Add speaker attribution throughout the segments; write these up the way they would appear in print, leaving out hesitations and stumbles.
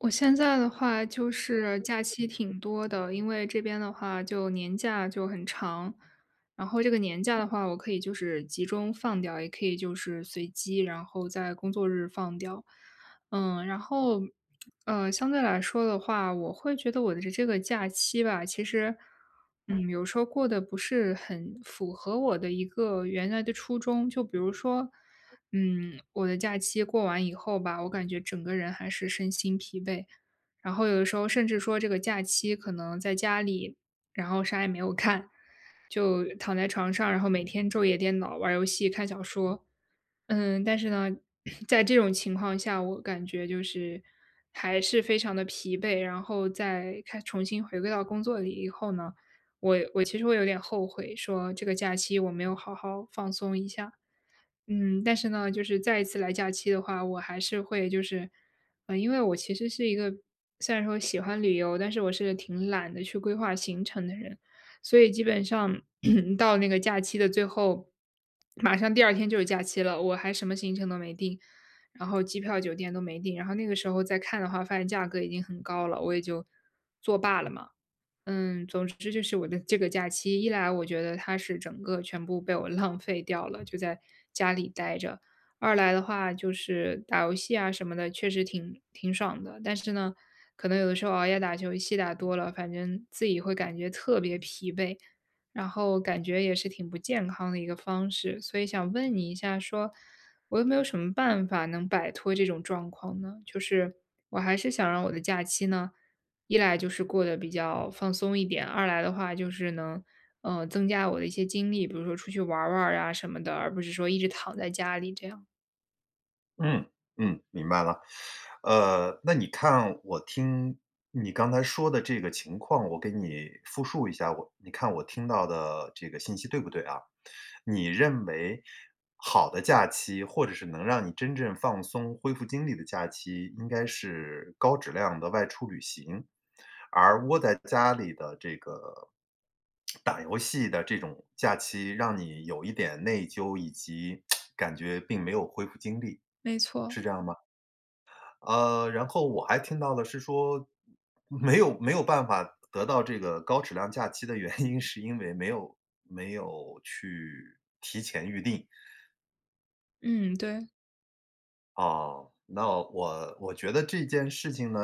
Speaker 1: 我现在的话就是假期挺多的，因为这边的话就年假就很长，然后这个年假的话，我可以就是集中放掉，也可以就是随机，然后在工作日放掉。嗯，然后相对来说的话，我会觉得我的这个假期吧，其实有时候过得不是很符合我的一个原来的初衷，就比如说。嗯，我的假期过完以后吧，我感觉整个人还是身心疲惫，然后有的时候甚至说这个假期可能在家里，然后啥也没有看，就躺在床上，然后每天昼夜颠倒，玩游戏、看小说。嗯，但是呢，在这种情况下，我感觉就是还是非常的疲惫，然后再开重新回归到工作里以后呢，我其实会有点后悔，说这个假期我没有好好放松一下。嗯，但是呢，就是再一次来假期的话，我还是会就是，因为我其实是一个虽然说喜欢旅游，但是我是挺懒得去规划行程的人，所以基本上 到那个假期的最后，马上第二天就是假期了，我还什么行程都没定，然后机票、酒店都没定，然后那个时候再看的话，发现价格已经很高了，我也就作罢了嘛。嗯，总之就是我的这个假期，一来我觉得它是整个全部被我 浪费掉了，就在家里待着；二来的话就是打游戏啊什么的，确实挺爽的。但是呢，可能有的时候熬夜打游戏打多了，反正自己会感觉特别疲惫，然后感觉也是挺不健康的一个方式。所以想问你一下说，我有没有什么办法能摆脱这种状况呢？就是我还是想让我的假期呢，一来就是过得比较放松一点，二来的话就是能，增加我的一些精力，比如说出去玩儿玩儿啊什么的，而不是说一直躺在家里这样。
Speaker 2: 嗯，嗯，明白了。那你看我听你刚才说的这个情况，我给你复述一下，你看我听到的这个信息对不对啊？你认为好的假期，或者是能让你真正放松、恢复精力的假期，应该是高质量的外出旅行。而窝在家里的这个打游戏的这种假期，让你有一点内疚，以及感觉并没有恢复精力，
Speaker 1: 没错，
Speaker 2: 是这样吗？然后我还听到了是说，没有办法得到这个高质量假期的原因，是因为没有去提前预定。
Speaker 1: 嗯，对。
Speaker 2: 哦，那我觉得这件事情呢，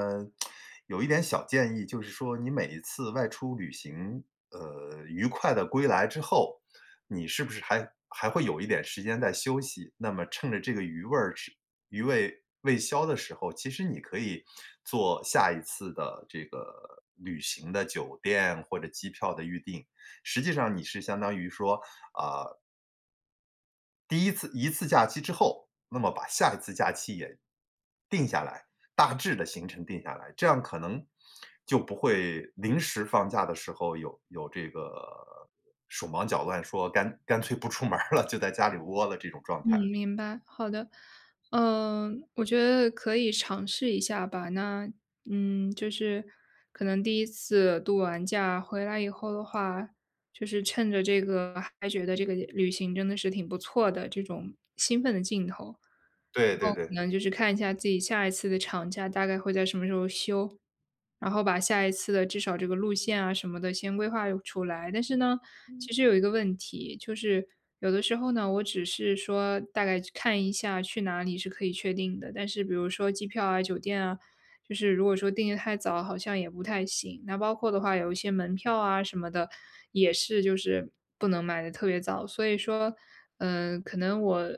Speaker 2: 有一点小建议，就是说你每一次外出旅行，愉快的归来之后，你是不是还会有一点时间在休息？那么趁着这个余味未消的时候，其实你可以做下一次的这个旅行的酒店或者机票的预订。实际上你是相当于说第一次假期之后，那么把下一次假期也定下来，大致的行程定下来，这样可能就不会临时放假的时候有这个手忙脚乱，说干脆不出门儿了，就在家里窝了这种状
Speaker 1: 嗯，
Speaker 2: 态。
Speaker 1: 明白，好的。嗯，我觉得可以尝试一下吧。那，嗯，就是可能第一次度完假回来以后的话，就是趁着这个还觉得这个旅行真的是挺不错的这种兴奋的劲头，
Speaker 2: 对
Speaker 1: 然
Speaker 2: 对
Speaker 1: 后可
Speaker 2: 对。
Speaker 1: 能就是看一下自己下一次的长假大概会在什么时候休，然后把下一次的至少这个路线啊什么的先规划出来。但是呢，其实有一个问题，就是有的时候呢，我只是说大概看一下去哪里是可以确定的，但是比如说机票啊、酒店啊，就是如果说订的太早，好像也不太行。那包括的话，有一些门票啊什么的，也是就是不能买的特别早。所以说，嗯、可能我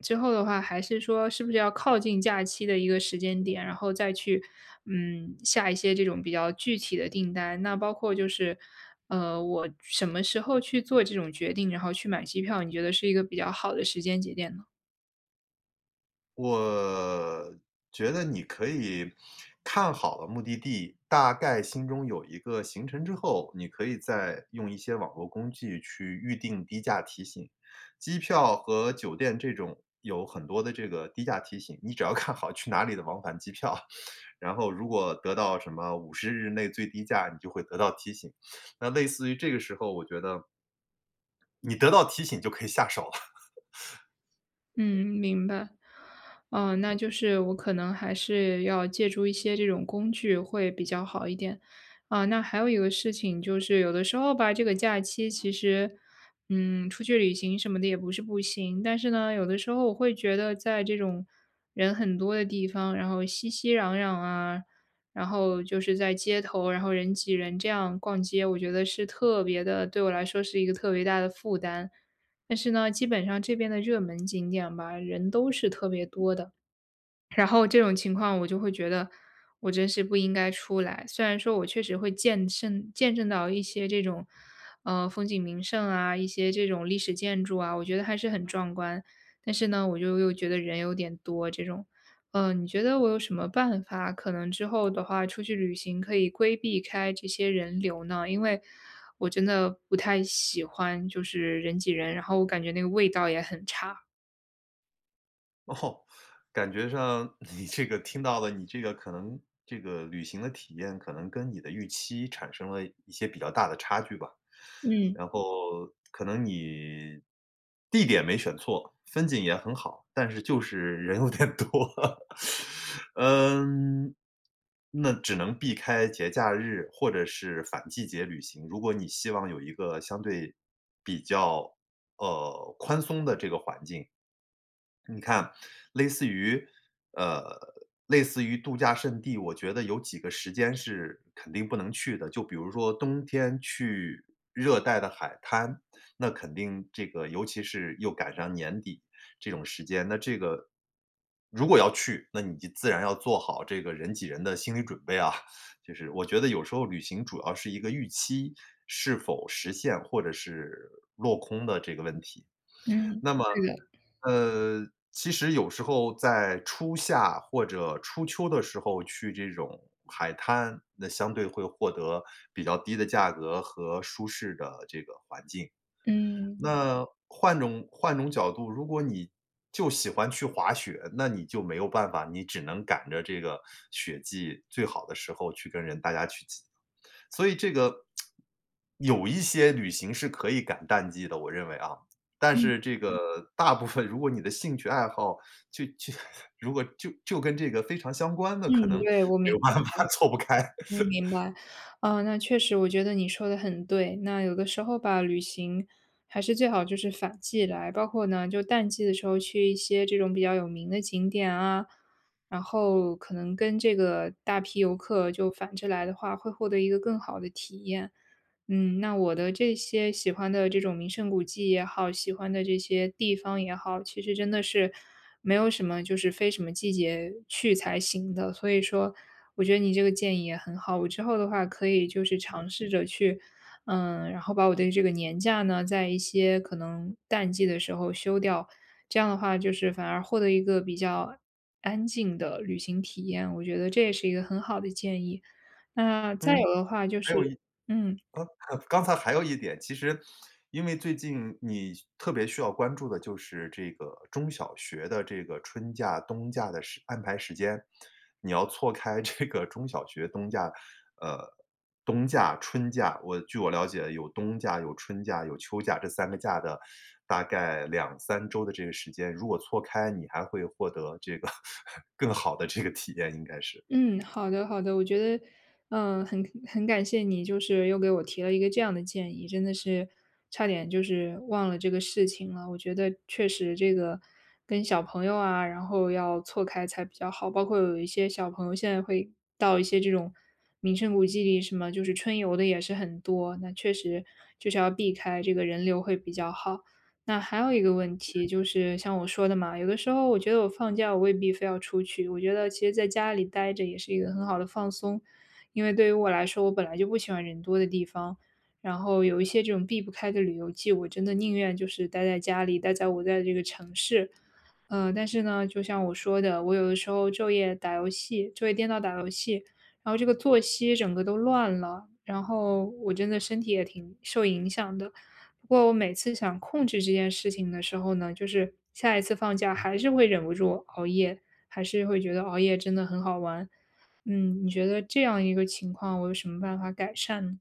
Speaker 1: 之后的话，还是说是不是要靠近假期的一个时间点，然后再去嗯下一些这种比较具体的订单。那包括就是我什么时候去做这种决定，然后去买机票，你觉得是一个比较好的时间节点呢？
Speaker 2: 我觉得你可以看好了目的地，大概心中有一个行程之后，你可以再用一些网络工具去预定低价提醒。机票和酒店这种有很多的这个低价提醒，你只要看好去哪里的往返机票，然后如果得到什么五十日内最低价，你就会得到提醒。那类似于这个时候，我觉得你得到提醒就可以下手了。
Speaker 1: 嗯，明白。哦，那就是我可能还是要借助一些这种工具会比较好一点。啊，那还有一个事情就是，有的时候吧，这个假期其实，嗯，出去旅行什么的也不是不行，但是呢，有的时候我会觉得在这种人很多的地方，然后熙熙攘攘啊，然后就是在街头，然后人挤人这样逛街，我觉得是特别的，对我来说是一个特别大的负担。但是呢，基本上这边的热门景点吧，人都是特别多的。然后这种情况我就会觉得，我真是不应该出来。虽然说我确实会见证到一些这种，风景名胜啊，一些这种历史建筑啊，我觉得还是很壮观。但是呢，我就又觉得人有点多这种。你觉得我有什么办法，可能之后的话出去旅行可以规避开这些人流呢？因为我真的不太喜欢就是人挤人，然后我感觉那个味道也很差。
Speaker 2: 哦，感觉上 你这个听到了，你这个可能这个旅行的体验可能跟你的预期产生了一些比较大的差距吧。
Speaker 1: 嗯
Speaker 2: 然后可能你地点没选错，风景也很好，但是就是人有点多。嗯，那只能避开节假日或者是反季节旅行。如果你希望有一个相对比较，宽松的这个环境，你看，类似于，呃，类似于度假胜地，我觉得有几个时间是肯定不能去的。就比如说冬天去热带的海滩，那肯定这个尤其是又赶上年底这种时间，那这个如果要去，那你就自然要做好这个人挤人的心理准备啊。就是我觉得有时候旅行主要是一个预期是否实现或者是落空的这个问题。
Speaker 1: 嗯
Speaker 2: 那么，
Speaker 1: 对的。
Speaker 2: 呃，其实有时候在初夏或者初秋的时候去这种海滩，那相对会获得比较低的价格和舒适的这个环境。
Speaker 1: 嗯
Speaker 2: 那换种角度，如果你就喜欢去滑雪，那你就没有办法，你只能赶着这个雪季最好的时候去跟人大家去挤。所以这个有一些旅行是可以赶淡季的，我认为啊。但
Speaker 1: 嗯。
Speaker 2: 是这个大部分如果你的兴趣爱好就 如果就跟这个非常相关的，可
Speaker 1: 嗯，
Speaker 2: 能
Speaker 1: 对，
Speaker 2: 没有办法 错不开。
Speaker 1: 我明 白。啊，那确实我觉得你说的很对，那有的时候吧，旅行还是最好就是反季来，包括呢，就淡季的时候去一些这种比较有名的景点啊，然后可能跟这个大批游客就反着来的话，会获得一个更好的体验。嗯，那我的这些喜欢的这种名胜古迹也好，喜欢的这些地方也好，其实真的是没有什么就是非什么季节去才行的。所以说，我觉得你这个建议也很好，我之后的话可以就是尝试着去，嗯，然后把我的这个年假呢，在一些可能淡季的时候休掉，这样的话就是反而获得一个比较安静的旅行体验，我觉得这也是一个很好的建议。那再
Speaker 2: 嗯，
Speaker 1: 有的话就
Speaker 2: 还
Speaker 1: 是，
Speaker 2: 有一
Speaker 1: 嗯。
Speaker 2: 刚才还有一点，其实因为最近你特别需要关注的就是这个中小学的这个春假、冬假的安排时间，你要错开这个中小学冬假，呃，冬假、春假，据我了解有冬假、有春假、有秋假这三个假的大概两三周的这个时间，如果错开，你还会获得这个 更好的这个体验应该是。
Speaker 1: 嗯，好的好的，我觉得，嗯，很感谢你，就是又给我提了一个这样的建议，真的是差点就是忘了这个事情了。我觉得确实这个跟小朋友啊，然后要错开才比较好。包括有一些小朋友现在会到一些这种名胜古迹里，什么就是春游的也是很多，那确实就是要避开这个人流会比较好。那还有一个问题就是像我说的嘛，有的时候我觉得我放假我未必非要出去，我觉得其实在家里待着也是一个很好的放松。因为对于我来说，我本来就不喜欢人多的地方，然后有一些这种避不开的旅游季，我真的宁愿就是待在家里，待在我在的这个城市。但是呢，就像我说的，我有的时候昼夜打游戏，昼夜颠倒打游戏，然后这个作息整个都乱了，然后我真的身体也挺受影响的。不过我每次想控制这件事情的时候呢，就是下一次放假还是会忍不住熬夜，还是会觉得熬夜真的很好玩。嗯，你觉得这样一个情况，我有什么办法改善呢？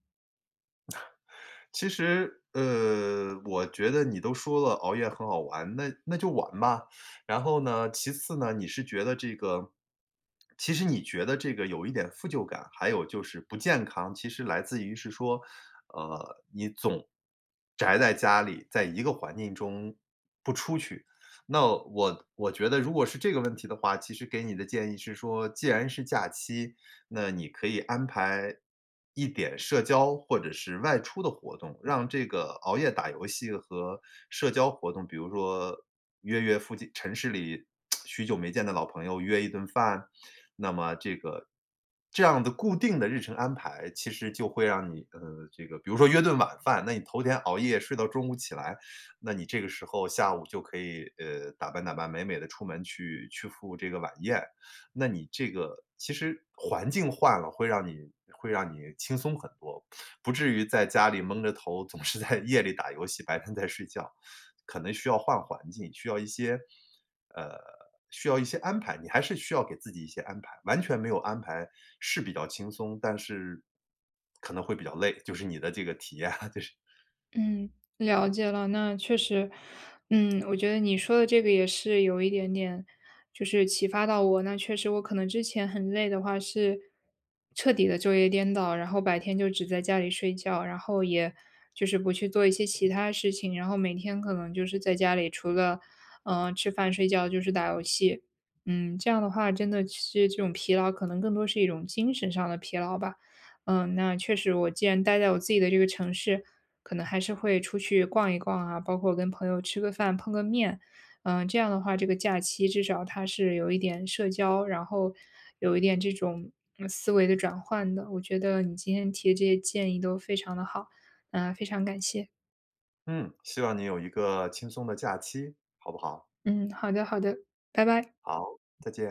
Speaker 2: 其实，我觉得你都说了熬夜很好玩，那就玩吧。然后呢，其次呢，你是觉得这个其实你觉得这个有一点负疚感，还有就是不健康，其实来自于是说，你总宅在家里，在一个环境中不出去。那我觉得如果是这个问题的话，其实给你的建议是说，既然是假期，那你可以安排一点社交或者是外出的活动，让这个熬夜打游戏和社交活动，比如说约附近城市里许久没见的老朋友约一顿饭，那么这样的固定的日程安排，其实就会让你，这个比如说约顿晚饭，那你头天熬夜睡到中午起来，那你这个时候下午就可以，打扮打扮，美美的出门去赴这个晚宴。那你这个其实环境换了，会让你轻松很多，不至于在家里蒙着头，总是在夜里打游戏，白天在睡觉。可能需要换环境，需要一些呃，需要一些安排，你还是需要给自己一些安排。完全没有安排是比较轻松，但是可能会比较累，就是你的这个体验啊，就是
Speaker 1: 嗯，了解了。那确实，嗯，我觉得你说的这个也是有一点点，就是启发到我。那确实，我可能之前很累的话是彻底的昼夜颠倒，然后白天就只在家里睡觉，然后也就是不去做一些其他事情，然后每天可能就是在家里除了吃饭睡觉就是打游戏。嗯，这样的话真的是这种疲劳，可能更多是一种精神上的疲劳吧。嗯，那确实，我既然待在我自己的这个城市。可能还是会出去逛一逛啊，包括跟朋友吃个饭、碰个面。嗯，这样的话，这个假期至少它是有一点社交，然后有一点这种嗯思维的转换的。我觉得你今天提的这些建议都非常的好，嗯，非常感谢。
Speaker 2: 嗯，希望你有一个轻松的假期，好不好？
Speaker 1: 嗯，好的，好的，拜拜。
Speaker 2: 好，再见。